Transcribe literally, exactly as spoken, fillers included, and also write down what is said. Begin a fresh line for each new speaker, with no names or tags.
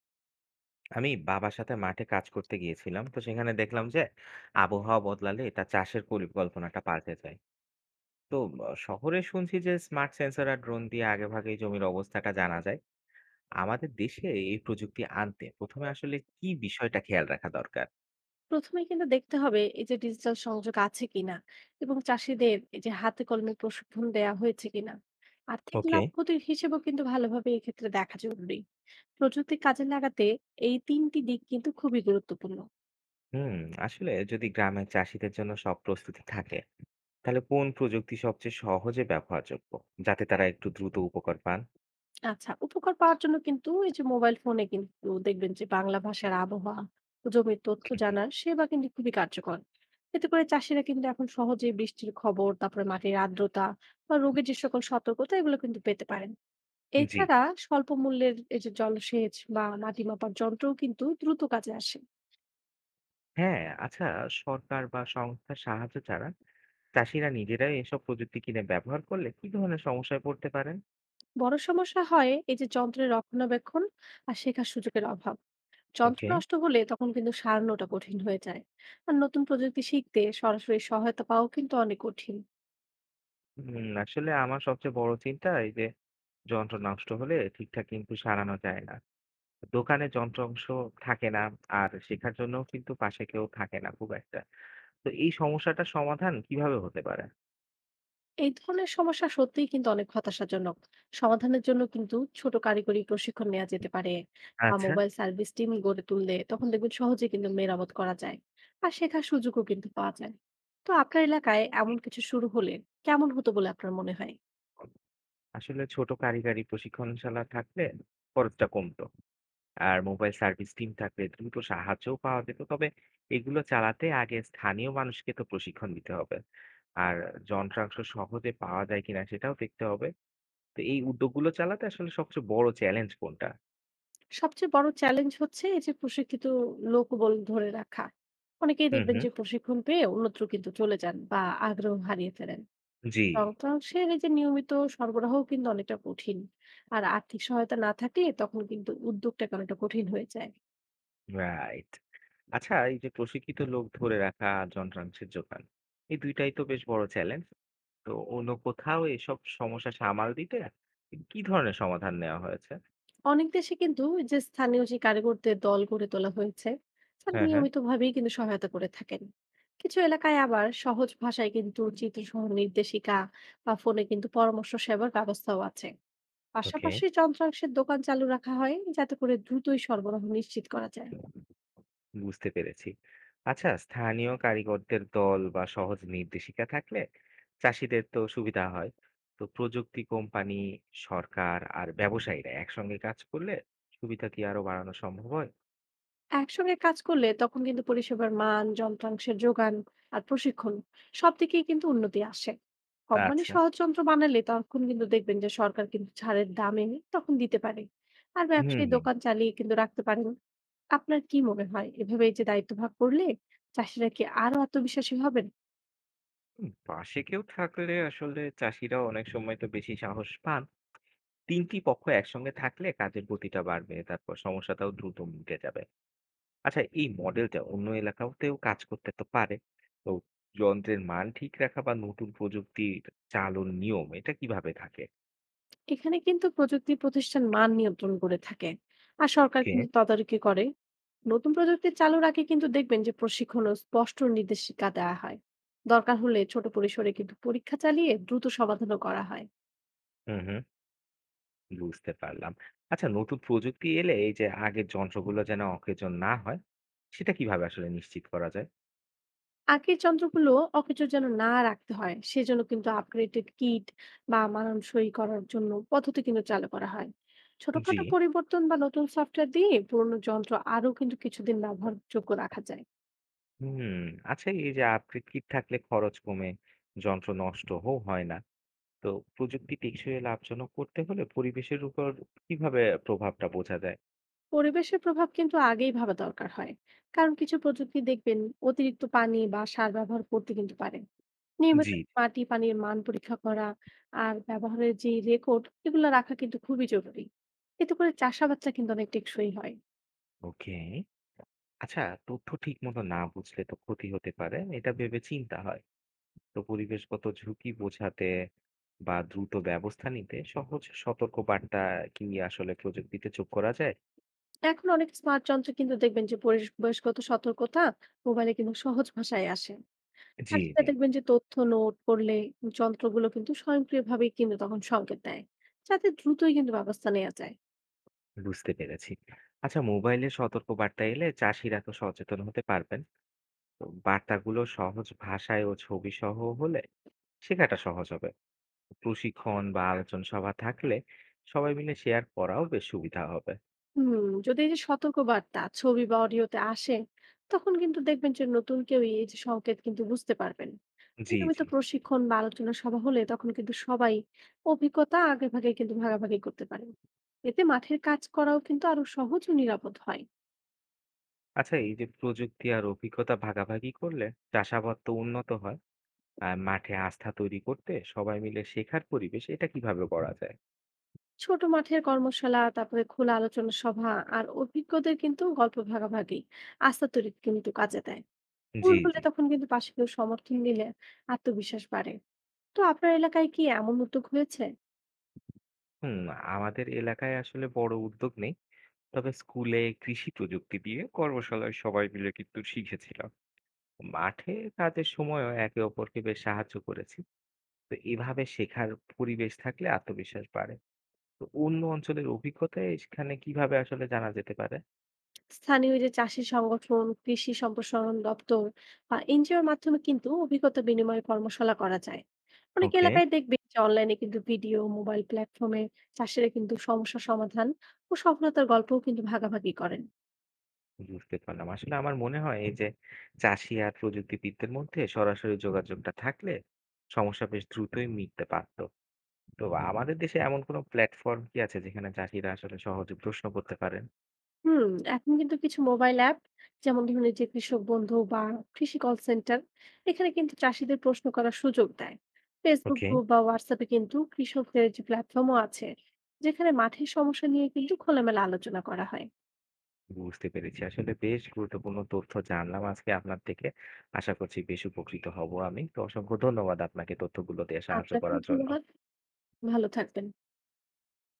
আমি বাবার সাথে মাঠে কাজ করতে গিয়েছিলাম। তো সেখানে দেখলাম যে আবহাওয়া বদলালে তা চাষের পরিকল্পনাটা পাল্টে যায়। তো আ শহরে শুনছি যে স্মার্ট সেন্সর আর ড্রোন দিয়ে আগেভাগেই জমির অবস্থাটা জানা যায়। আমাদের দেশে এই প্রযুক্তি আনতে প্রথম এ আসলে কি বিষয়টা খেয়াল রাখা দরকার?
প্রথমে কিন্তু দেখতে হবে, এই যে ডিজিটাল সংযোগ আছে কিনা এবং চাষিদের এই যে হাতে কলমে প্রশিক্ষণ দেয়া হয়েছে কিনা। আর্থিক
ওকে।
লাভ ক্ষতির হিসেবেও কিন্তু ভালোভাবে এক্ষেত্রে দেখা জরুরি। প্রযুক্তি কাজে লাগাতে এই তিনটি দিক কিন্তু খুবই গুরুত্বপূর্ণ।
হুম, আসলে যদি গ্রামের চাষীদের জন্য সব প্রস্তুতি থাকে, তাহলে কোন প্রযুক্তি সবচেয়ে সহজে ব্যবহারযোগ্য? যাতে তারা একটু দ্রুত উপকার পান?
আচ্ছা, উপকার পাওয়ার জন্য কিন্তু এই যে মোবাইল ফোনে কিন্তু দেখবেন যে বাংলা ভাষার আবহাওয়া, জমির তথ্য জানার সেবা কিন্তু খুবই কার্যকর। এতে করে চাষিরা কিন্তু এখন সহজে বৃষ্টির খবর, তারপরে মাটির আর্দ্রতা বা রোগের যে সকল সতর্কতা, এগুলো কিন্তু পেতে পারেন।
হুম, জি।
এছাড়া স্বল্প মূল্যের এই যে জলসেচ বা মাটি মাপার যন্ত্রও কিন্তু দ্রুত কাজে আসে।
হ্যাঁ, আচ্ছা। সরকার বা সংস্থার সাহায্য ছাড়া চাষিরা নিজেরাই এসব প্রযুক্তি কিনে ব্যবহার করলে কি ধরনের সমস্যায় পড়তে পারেন?
বড় সমস্যা হয় এই যে যন্ত্রের রক্ষণাবেক্ষণ আর শেখার সুযোগের অভাব। যন্ত্র
ওকে।
নষ্ট হলে তখন কিন্তু সারানোটা কঠিন হয়ে যায়। আর নতুন প্রযুক্তি শিখতে সরাসরি সহায়তা পাওয়াও কিন্তু অনেক কঠিন।
হুম, আসলে আমার সবচেয়ে বড় চিন্তা এই যে যন্ত্র নষ্ট হলে ঠিকঠাক কিন্তু সারানো যায় না, দোকানে যন্ত্রাংশ থাকে না, আর শেখার জন্য কিন্তু পাশে কেউ থাকে না খুব একটা। তো এই সমস্যাটার সমাধান কিভাবে হতে পারে?
এই ধরনের সমস্যা সত্যিই কিন্তু অনেক হতাশাজনক। সমাধানের জন্য কিন্তু ছোট কারিগরি প্রশিক্ষণ নেওয়া যেতে পারে, বা
আচ্ছা,
মোবাইল সার্ভিস টিম গড়ে তুললে তখন দেখবেন সহজে কিন্তু মেরামত করা যায় আর শেখার সুযোগও কিন্তু পাওয়া যায়। তো আপনার এলাকায় এমন কিছু শুরু হলে কেমন হতো বলে আপনার মনে হয়?
আসলে ছোট কারিগরি প্রশিক্ষণশালা থাকলে খরচটা কমতো, আর মোবাইল সার্ভিস টিম থাকলে দ্রুত সাহায্যও পাওয়া যেত। তবে এগুলো চালাতে আগে স্থানীয় মানুষকে তো প্রশিক্ষণ দিতে হবে, আর যন্ত্রাংশ সহজে পাওয়া যায় কিনা সেটাও দেখতে হবে। তো এই উদ্যোগগুলো চালাতে আসলে সবচেয়ে বড় চ্যালেঞ্জ কোনটা?
সবচেয়ে বড় চ্যালেঞ্জ হচ্ছে এই যে প্রশিক্ষিত লোকবল ধরে রাখা। অনেকেই
হুম
দেখবেন
হুম।
যে প্রশিক্ষণ পেয়ে অন্যত্র কিন্তু চলে যান বা আগ্রহ হারিয়ে ফেলেন।
জি।
যন্ত্রাংশের এই যে নিয়মিত সরবরাহ কিন্তু অনেকটা কঠিন, আর আর্থিক সহায়তা না থাকলে তখন কিন্তু উদ্যোগটা অনেকটা কঠিন হয়ে যায়।
রাইট। আচ্ছা, এই যে প্রশিক্ষিত লোক ধরে রাখা, যন্ত্রাংশের যোগান, এই দুইটাই তো বেশ বড় চ্যালেঞ্জ। তো অন্য কোথাও এসব সমস্যা সামাল দিতে কি ধরনের সমাধান নেওয়া হয়েছে?
অনেক দেশে কিন্তু এই যে স্থানীয় যে কারিগরদের দল গড়ে তোলা হয়েছে, তারা
হ্যাঁ হ্যাঁ।
নিয়মিত ভাবেই কিন্তু সহায়তা করে থাকেন। কিছু এলাকায় আবার সহজ ভাষায় কিন্তু চিত্রসহ নির্দেশিকা বা ফোনে কিন্তু পরামর্শ সেবার ব্যবস্থাও আছে।
ওকে,
পাশাপাশি যন্ত্রাংশের দোকান চালু রাখা হয়, যাতে করে দ্রুতই সরবরাহ নিশ্চিত করা যায়।
বুঝতে পেরেছি। আচ্ছা, স্থানীয় কারিগরদের দল বা সহজ নির্দেশিকা থাকলে চাষীদের তো সুবিধা হয়। তো প্রযুক্তি কোম্পানি, সরকার আর ব্যবসায়ীরা একসঙ্গে কাজ করলে সুবিধা কি আরো বাড়ানো সম্ভব হয়?
একসঙ্গে কাজ করলে তখন কিন্তু পরিষেবার মান, যন্ত্রাংশের যোগান আর প্রশিক্ষণ, সব দিকেই কিন্তু উন্নতি আসে। কোম্পানি
আচ্ছা।
সহজ যন্ত্র বানালে তখন কিন্তু দেখবেন যে সরকার কিন্তু ছাড়ের দামে তখন দিতে পারে, আর
হুম
ব্যবসায়ী
হুম।
দোকান চালিয়ে কিন্তু রাখতে পারেন। আপনার কি মনে হয় এভাবে এই যে দায়িত্ব ভাগ করলে চাষিরা কি আরো আত্মবিশ্বাসী হবেন?
হুম, পাশে কেউ থাকলে আসলে চাষিরা অনেক সময় তো বেশি সাহস পান। তিনটি পক্ষ একসঙ্গে থাকলে কাজের গতিটা বাড়বে, তারপর সমস্যাটাও দ্রুত মিটে যাবে। আচ্ছা, এই মডেলটা অন্য এলাকাতেও কাজ করতে তো পারে। তো যন্ত্রের মান ঠিক রাখা বা নতুন প্রযুক্তির চালন নিয়ম এটা কিভাবে থাকে?
এখানে কিন্তু প্রযুক্তি প্রতিষ্ঠান মান নিয়ন্ত্রণ করে থাকে, আর সরকার
ওকে।
কিন্তু তদারকি করে। নতুন প্রযুক্তি চালুর আগে কিন্তু দেখবেন যে প্রশিক্ষণ ও স্পষ্ট নির্দেশিকা দেওয়া হয়। দরকার হলে ছোট পরিসরে কিন্তু পরীক্ষা চালিয়ে দ্রুত সমাধানও করা হয়।
হুম হুম, বুঝতে পারলাম। আচ্ছা, নতুন প্রযুক্তি এলে এই যে আগের যন্ত্রগুলো যেন অকেজন না হয়, সেটা কিভাবে আসলে নিশ্চিত করা যায়?
আগের যন্ত্রগুলো অকেজো যেন না রাখতে হয়, সেজন্য কিন্তু আপগ্রেডেড কিট বা মানানসই করার জন্য পদ্ধতি কিন্তু চালু করা হয়।
জি।
ছোটখাটো পরিবর্তন বা নতুন সফটওয়্যার দিয়ে পুরনো যন্ত্র আরো কিন্তু কিছুদিন ব্যবহারযোগ্য রাখা যায়।
হুম। আচ্ছা, এই যে আপডেট কিট থাকলে খরচ কমে, যন্ত্র নষ্ট হও হয় না। তো প্রযুক্তি টেকসই লাভজনক করতে হলে পরিবেশের উপর কিভাবে প্রভাবটা বোঝা যায়?
পরিবেশের প্রভাব কিন্তু আগেই ভাবা দরকার হয়, কারণ কিছু প্রযুক্তি দেখবেন অতিরিক্ত পানি বা সার ব্যবহার করতে কিন্তু পারে। নিয়মিত
জি।
মাটি পানির মান পরীক্ষা করা আর ব্যবহারের যে রেকর্ড, এগুলো রাখা কিন্তু খুবই জরুরি। এতে করে চাষাবাদটা কিন্তু অনেক টেকসই হয়।
ওকে। আচ্ছা, তথ্য ঠিক মতো না বুঝলে তো ক্ষতি হতে পারে, এটা ভেবে চিন্তা হয়। তো পরিবেশগত ঝুঁকি বোঝাতে বা দ্রুত ব্যবস্থা নিতে সহজ সতর্ক বার্তা কি আসলে প্রযুক্তিতে যোগ করা যায়?
এখন অনেক স্মার্ট যন্ত্র কিন্তু দেখবেন যে পরিবেশগত সতর্কতা মোবাইলে কিন্তু সহজ ভাষায় আসে। আর
জি
সেটা
জি।
দেখবেন যে তথ্য নোট করলে যন্ত্রগুলো কিন্তু স্বয়ংক্রিয়ভাবেই কিন্তু তখন সংকেত দেয়, যাতে দ্রুতই কিন্তু ব্যবস্থা নেওয়া যায়।
বুঝতে পেরেছি। আচ্ছা, মোবাইলে সতর্ক বার্তা এলে চাষিরা তো সচেতন হতে পারবেন। তো বার্তাগুলো সহজ ভাষায় ও ছবি সহ হলে শেখাটা সহজ হবে। প্রশিক্ষণ বা আলোচনা সভা থাকলে সবাই মিলে শেয়ার করাও বেশ সুবিধা হবে।
হুম যদি এই যে সতর্কবার্তা ছবি বা অডিওতে আসে, তখন কিন্তু দেখবেন যে নতুন কেউ এই যে সংকেত কিন্তু বুঝতে পারবেন।
জি
নিয়মিত
জি।
প্রশিক্ষণ বা আলোচনা সভা হলে তখন কিন্তু সবাই অভিজ্ঞতা আগে ভাগে কিন্তু ভাগাভাগি করতে পারে। এতে মাঠের কাজ করাও কিন্তু আরো সহজ ও নিরাপদ হয়।
আচ্ছা, এই যে প্রযুক্তি আর অভিজ্ঞতা ভাগাভাগি করলে চাষাবাদ তো উন্নত হয়। আর মাঠে আস্থা তৈরি করতে সবাই মিলে শেখার পরিবেশ এটা কিভাবে করা যায়?
ছোট মাঠের কর্মশালা, তারপরে খোলা আলোচনা সভা আর অভিজ্ঞদের কিন্তু গল্প ভাগাভাগি, আস্থা তৈরি কিন্তু কাজে দেয়। ভুল
জি
হলে
জি।
তখন কিন্তু পাশে কেউ সমর্থন দিলে আত্মবিশ্বাস বাড়ে। তো আপনার এলাকায় কি এমন উদ্যোগ হয়েছে?
হুম। আমাদের এলাকায় আসলে বড় উদ্যোগ নেই, তবে স্কুলে কৃষি প্রযুক্তি দিয়ে কর্মশালায় সবাই মিলে কিন্তু শিখেছিলাম। মাঠে কাজের সময়ও একে অপরকে বেশ সাহায্য করেছি। তো এভাবে শেখার পরিবেশ থাকলে আত্মবিশ্বাস বাড়ে। তো অন্য অঞ্চলের অভিজ্ঞতা এখানে কিভাবে আসলে জানা যেতে পারে?
স্থানীয় যে চাষি সংগঠন, কৃষি সম্প্রসারণ দপ্তর বা এনজিওর মাধ্যমে কিন্তু অভিজ্ঞতা বিনিময় কর্মশালা করা যায়। অনেক
ওকে,
এলাকায় দেখবে যে অনলাইনে কিন্তু ভিডিও, মোবাইল প্ল্যাটফর্মে চাষিরা কিন্তু সমস্যা সমাধান ও সফলতার গল্পও কিন্তু ভাগাভাগি করেন।
বুঝতে পারলাম। আসলে আমার মনে হয় এই যে চাষি আর প্রযুক্তিবিদদের মধ্যে সরাসরি যোগাযোগটা থাকলে সমস্যা বেশ দ্রুতই মিটতে পারতো। তো আমাদের দেশে এমন কোনো প্ল্যাটফর্ম কি আছে যেখানে চাষিরা আসলে সহজে প্রশ্ন করতে পারেন?
হুম এখন কিন্তু কিছু মোবাইল অ্যাপ, যেমন ধরুন এই যে কৃষক বন্ধু বা কৃষি কল সেন্টার, এখানে কিন্তু চাষিদের প্রশ্ন করার সুযোগ দেয়। ফেসবুক
ওকে,
গ্রুপ বা হোয়াটসঅ্যাপে কিন্তু কৃষকদের যে প্ল্যাটফর্মও আছে, যেখানে মাঠের সমস্যা নিয়ে কিন্তু খোলামেলা আলোচনা করা হয়।
বুঝতে পেরেছি। আসলে বেশ গুরুত্বপূর্ণ তথ্য জানলাম আজকে আপনার থেকে। আশা করছি বেশ উপকৃত হব আমি। তো অসংখ্য ধন্যবাদ আপনাকে তথ্যগুলো দিয়ে সাহায্য
আপনাকেও
করার জন্য।
ধন্যবাদ। ভালো থাকবেন।